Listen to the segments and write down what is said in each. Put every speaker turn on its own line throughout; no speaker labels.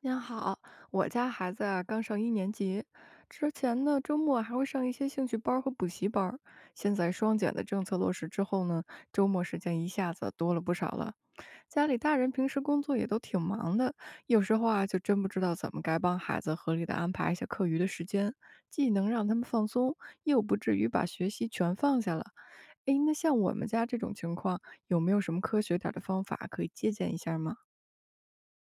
您好，我家孩子刚上一年级，之前呢周末还会上一些兴趣班儿和补习班儿。现在双减的政策落实之后呢，周末时间一下子多了不少了。家里大人平时工作也都挺忙的，有时候就真不知道怎么该帮孩子合理的安排一下课余的时间，既能让他们放松，又不至于把学习全放下了。诶，那像我们家这种情况，有没有什么科学点儿的方法可以借鉴一下吗？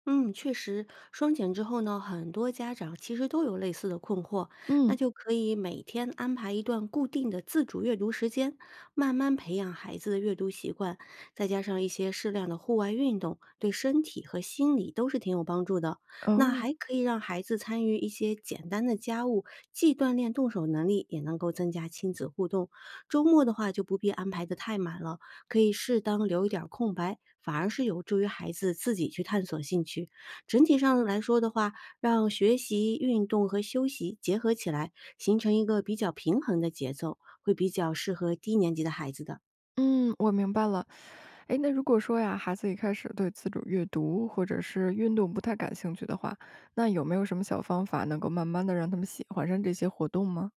嗯，确实，双减之后呢，很多家长其实都有类似的困惑，那
嗯。
就可以每天安排一段固定的自主阅读时间，慢慢培养孩子的阅读习惯，再加上一些适量的户外运动，对身体和心理都是挺有帮助的。那
哦。
还可以让孩子参与一些简单的家务，既锻炼动手能力，也能够增加亲子互动。周末的话就不必安排的太满了。可以适当留一点儿空白，反而是有助于孩子自己去探索兴趣。整体上来说的话，让学习、运动和休息结合起来，形成一个比较平衡的节奏，会比较适合低年级的孩子的。
嗯，我明白了。诶，那如果说呀，孩子一开始对自主阅读或者是运动不太感兴趣的话，那有没有什么小方法能够慢慢的让他们喜欢上这些活动吗？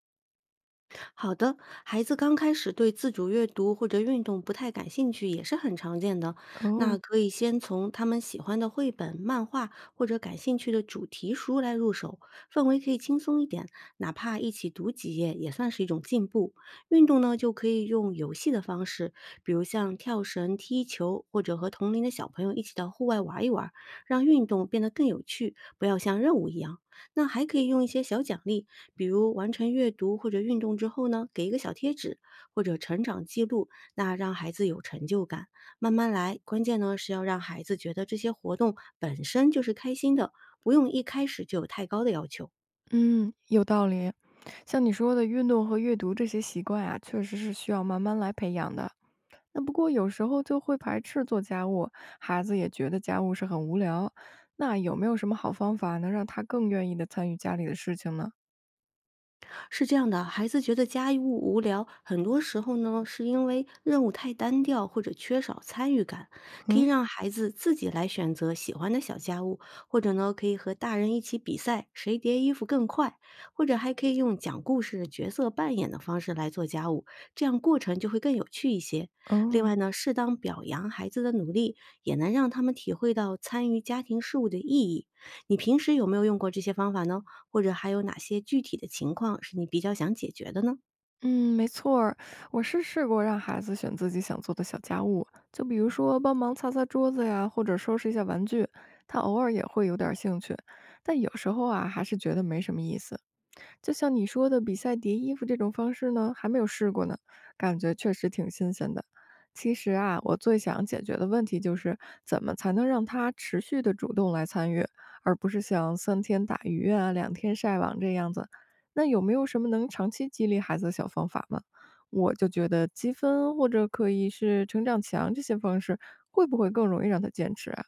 好的，孩子刚开始对自主阅读或者运动不太感兴趣也是很常见的。那
哦。
可以先从他们喜欢的绘本、漫画或者感兴趣的主题书来入手，氛围可以轻松一点，哪怕一起读几页也算是一种进步。运动呢，就可以用游戏的方式，比如像跳绳、踢球，或者和同龄的小朋友一起到户外玩一玩，让运动变得更有趣，不要像任务一样。那还可以用一些小奖励，比如完成阅读或者运动之后呢，给一个小贴纸或者成长记录，那让孩子有成就感。慢慢来，关键呢是要让孩子觉得这些活动本身就是开心的，不用一开始就有太高的要求。
嗯，有道理。像你说的，运动和阅读这些习惯啊，确实是需要慢慢来培养的。那不过有时候就会排斥做家务，孩子也觉得家务是很无聊。那有没有什么好方法能让他更愿意的参与家里的事情呢？
是这样的，孩子觉得家务无聊，很多时候呢，是因为任务太单调或者缺少参与感。可以
嗯。
让孩子自己来选择喜欢的小家务，或者呢，可以和大人一起比赛，谁叠衣服更快，或者还可以用讲故事、角色扮演的方式来做家务，这样过程就会更有趣一些。另
哦。
外呢，适当表扬孩子的努力，也能让他们体会到参与家庭事务的意义。你平时有没有用过这些方法呢？或者还有哪些具体的情况是你比较想解决的呢？
嗯，没错儿，我是试过让孩子选自己想做的小家务，就比如说帮忙擦擦桌子呀，或者收拾一下玩具，他偶尔也会有点儿兴趣，但有时候还是觉得没什么意思。就像你说的，比赛叠衣服这种方式呢，还没有试过呢，感觉确实挺新鲜的。其实啊，我最想解决的问题就是怎么才能让他持续的主动来参与，而不是像三天打鱼啊、两天晒网这样子。那有没有什么能长期激励孩子的小方法吗？我就觉得积分或者可以是成长墙这些方式，会不会更容易让他坚持啊？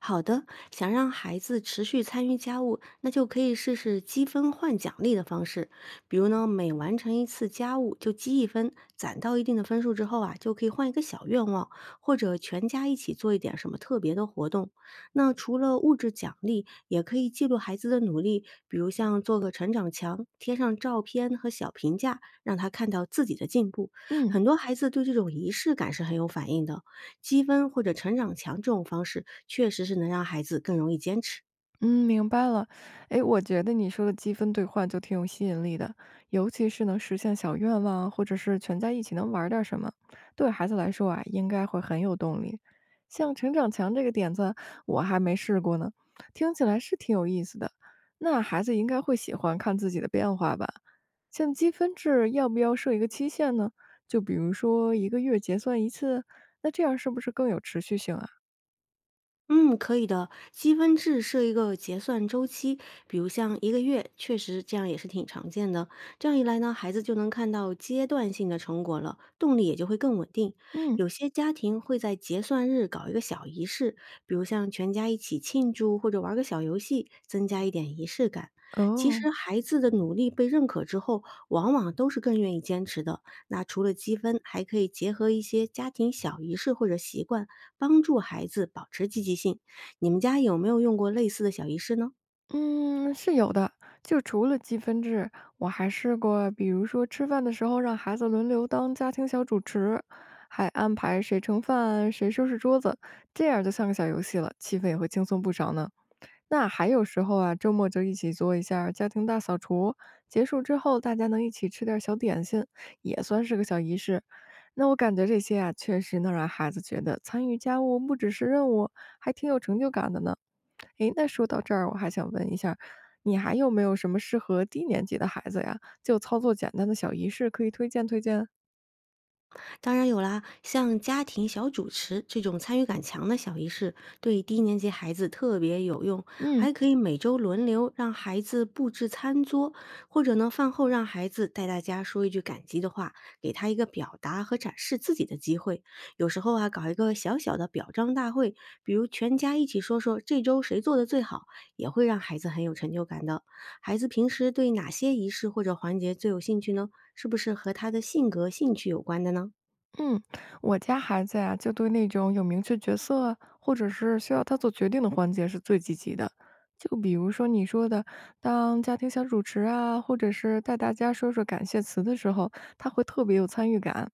好的，想让孩子持续参与家务，那就可以试试积分换奖励的方式。比如呢，每完成一次家务就积一分，攒到一定的分数之后啊，就可以换一个小愿望，或者全家一起做一点什么特别的活动。那除了物质奖励，也可以记录孩子的努力，比如像做个成长墙，贴上照片和小评价，让他看到自己的进步。
嗯。
很多孩子对这种仪式感是很有反应的。积分或者成长墙这种方式确实是能让孩子更容易坚持。
嗯，明白了。诶，我觉得你说的积分兑换就挺有吸引力的，尤其是能实现小愿望啊，或者是全家一起能玩儿点儿什么，对孩子来说啊，应该会很有动力。像成长墙这个点子，我还没试过呢，听起来是挺有意思的。那孩子应该会喜欢看自己的变化吧？像积分制，要不要设一个期限呢？就比如说一个月结算一次，那这样是不是更有持续性啊？
嗯，可以的。积分制设一个结算周期，比如像一个月，确实这样也是挺常见的。这样一来呢，孩子就能看到阶段性的成果了，动力也就会更稳定。
嗯。
有些家庭会在结算日搞一个小仪式，比如像全家一起庆祝或者玩个小游戏，增加一点仪式感。其实
哦。
孩子的努力被认可之后，往往都是更愿意坚持的。那除了积分，还可以结合一些家庭小仪式或者习惯。帮助孩子保持积极性。你们家有没有用过类似的小仪式呢？
嗯，是有的。就除了积分制，我还试过，比如说吃饭的时候让孩子轮流当家庭小主持，还安排谁盛饭、谁收拾桌子，这样就像个小游戏了，气氛也会轻松不少呢。那还有时候周末就一起做一下儿家庭大扫除，结束之后大家能一起吃点儿小点心，也算是个小仪式。那我感觉这些啊，确实能让孩子觉得参与家务不只是任务，还挺有成就感的呢。诶，那说到这儿，我还想问一下，你还有没有什么适合低年级的孩子呀，就操作简单的小仪式可以推荐推荐？
当然有啦，像家庭小主持这种参与感强的小仪式，对低年级孩子特别有用。
嗯。
还可以每周轮流让孩子布置餐桌，或者呢，饭后让孩子带大家说一句感激的话，给他一个表达和展示自己的机会。有时候啊，搞一个小小的表彰大会，比如全家一起说说这周谁做的最好，也会让孩子很有成就感的。孩子平时对哪些仪式或者环节最有兴趣呢？是不是和他的性格、兴趣有关的呢？
嗯，我家孩子呀，就对那种有明确角色啊或者是需要他做决定的环节是最积极的。就比如说你说的，当家庭小主持啊，或者是带大家说说感谢词的时候，他会特别有参与感。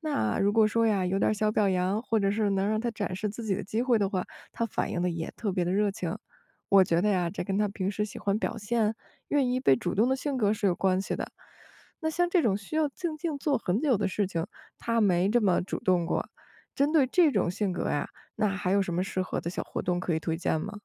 那如果说呀，有点儿小表扬，或者是能让他展示自己的机会的话，他反应的也特别的热情。我觉得呀，这跟他平时喜欢表现、愿意被主动的性格是有关系的。那像这种需要静静做很久的事情，他没这么主动过。针对这种性格呀，那还有什么适合的小活动可以推荐吗？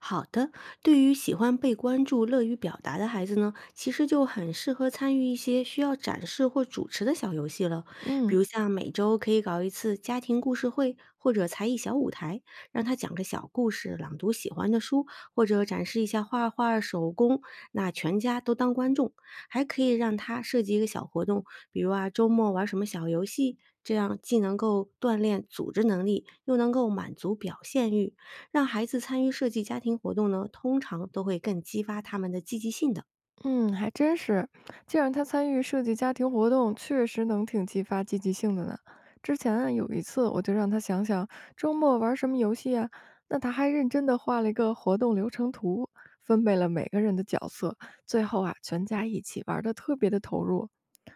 好的，对于喜欢被关注、乐于表达的孩子呢，其实就很适合参与一些需要展示或主持的小游戏了。比
嗯。
如像每周可以搞一次家庭故事会或者才艺小舞台，让他讲个小故事、朗读喜欢的书，或者展示一下画画、手工，那全家都当观众。还可以让他设计一个小活动，比如啊周末玩什么小游戏。这样既能够锻炼组织能力，又能够满足表现欲，让孩子参与设计家庭活动呢，通常都会更激发他们的积极性的。
嗯，还真是。既然他参与设计家庭活动，确实能挺激发积极性的呢。之前有一次我就让他想想周末玩什么游戏啊，那他还认真的画了一个活动流程图，分配了每个人的角色，最后全家一起玩的特别的投入。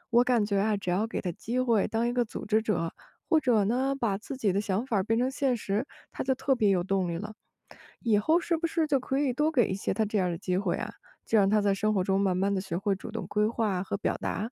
我感觉只要给他机会当一个组织者，或者呢，把自己的想法变成现实，他就特别有动力了。以后是不是就可以多给一些他这样的机会啊？就让他在生活中慢慢的学会主动规划和表达。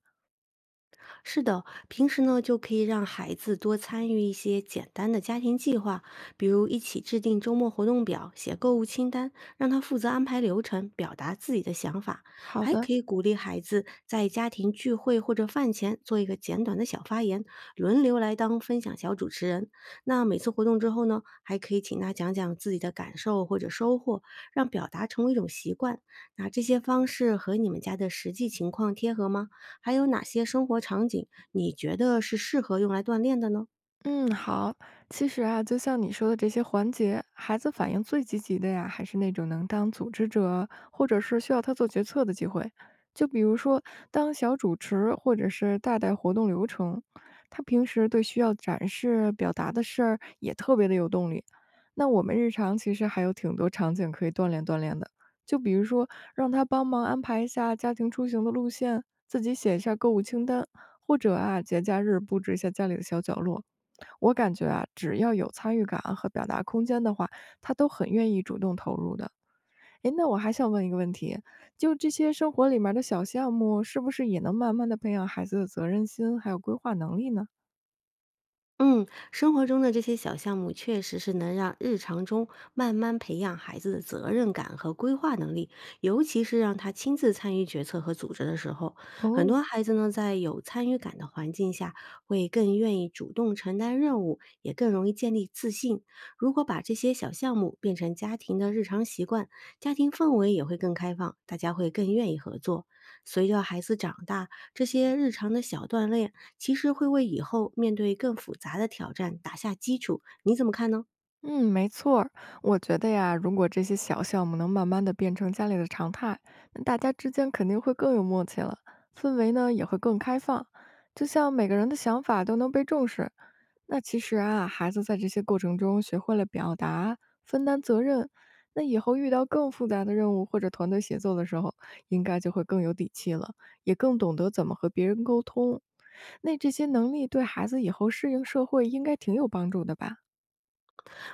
是的，平时呢就可以让孩子多参与一些简单的家庭计划，比如一起制定周末活动表、写购物清单，让他负责安排流程，表达自己的想法。
好
还
的。
可以鼓励孩子在家庭聚会或者饭前做一个简短的小发言，轮流来当分享小主持人。那每次活动之后呢，还可以请他讲讲自己的感受或者收获，让表达成为一种习惯。那这些方式和你们家的实际情况贴合吗？还有哪些生活场景你觉得是适合用来锻炼的呢？
嗯，好。其实就像你说的这些环节，孩子反应最积极的呀，还是那种能当组织者，或者是需要他做决策的机会。就比如说当小主持，或者是带带活动流程，他平时对需要展示、表达的事儿也特别的有动力。那我们日常其实还有挺多场景可以锻炼锻炼的，就比如说让他帮忙安排一下家庭出行的路线，自己写一下购物清单，或者节假日布置一下家里的小角落。我感觉只要有参与感啊和表达空间的话，他都很愿意主动投入的。诶，那我还想问一个问题，就这些生活里面的小项目，是不是也能慢慢的培养孩子的责任心，还有规划能力呢？
嗯，生活中的这些小项目确实是能让日常中慢慢培养孩子的责任感和规划能力，尤其是让他亲自参与决策和组织的时候，很
哦。
多孩子呢，在有参与感的环境下，会更愿意主动承担任务，也更容易建立自信。如果把这些小项目变成家庭的日常习惯，家庭氛围也会更开放，大家会更愿意合作。随着孩子长大，这些日常的小锻炼。其实会为以后面对更复杂的挑战打下基础，你怎么看呢？
嗯，没错儿，我觉得呀，如果这些小项目能慢慢的变成家里的常态，那大家之间肯定会更有默契了，氛围呢也会更开放，就像每个人的想法都能被重视。那其实孩子在这些过程中学会了表达、分担责任，那以后遇到更复杂的任务或者团队协作的时候，应该就会更有底气了，也更懂得怎么和别人沟通。那这些能力对孩子以后适应社会应该挺有帮助的吧？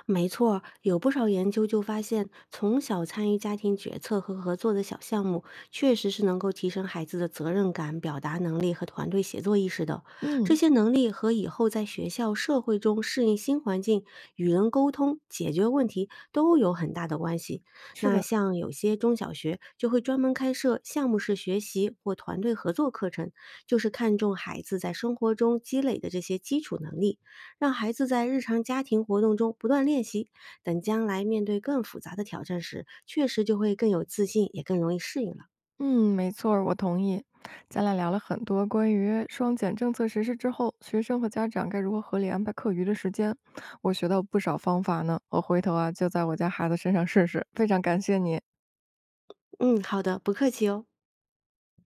没错儿有不少研究就发现，从小参与家庭决策和合作的小项目，确实是能够提升孩子的责任感、表达能力和团队协作意识的。这
嗯，
些能力和以后在学校、社会中适应新环境、与人沟通、解决问题都有很大的关系。
是
那
的。
像有些中小学就会专门开设项目式学习或团队合作课程，就是看重孩子在生活中积累的这些基础能力。让孩子在日常家庭活动中不断练习，等将来面对更复杂的挑战时，确实就会更有自信，也更容易适应了。
嗯，没错儿，我同意。咱俩聊了很多关于双减政策实施之后，学生和家长该如何合理安排课余的时间，我学到不少方法呢。我回头就在我家孩子身上试试。非常感谢你。
嗯，好的，不客气哦。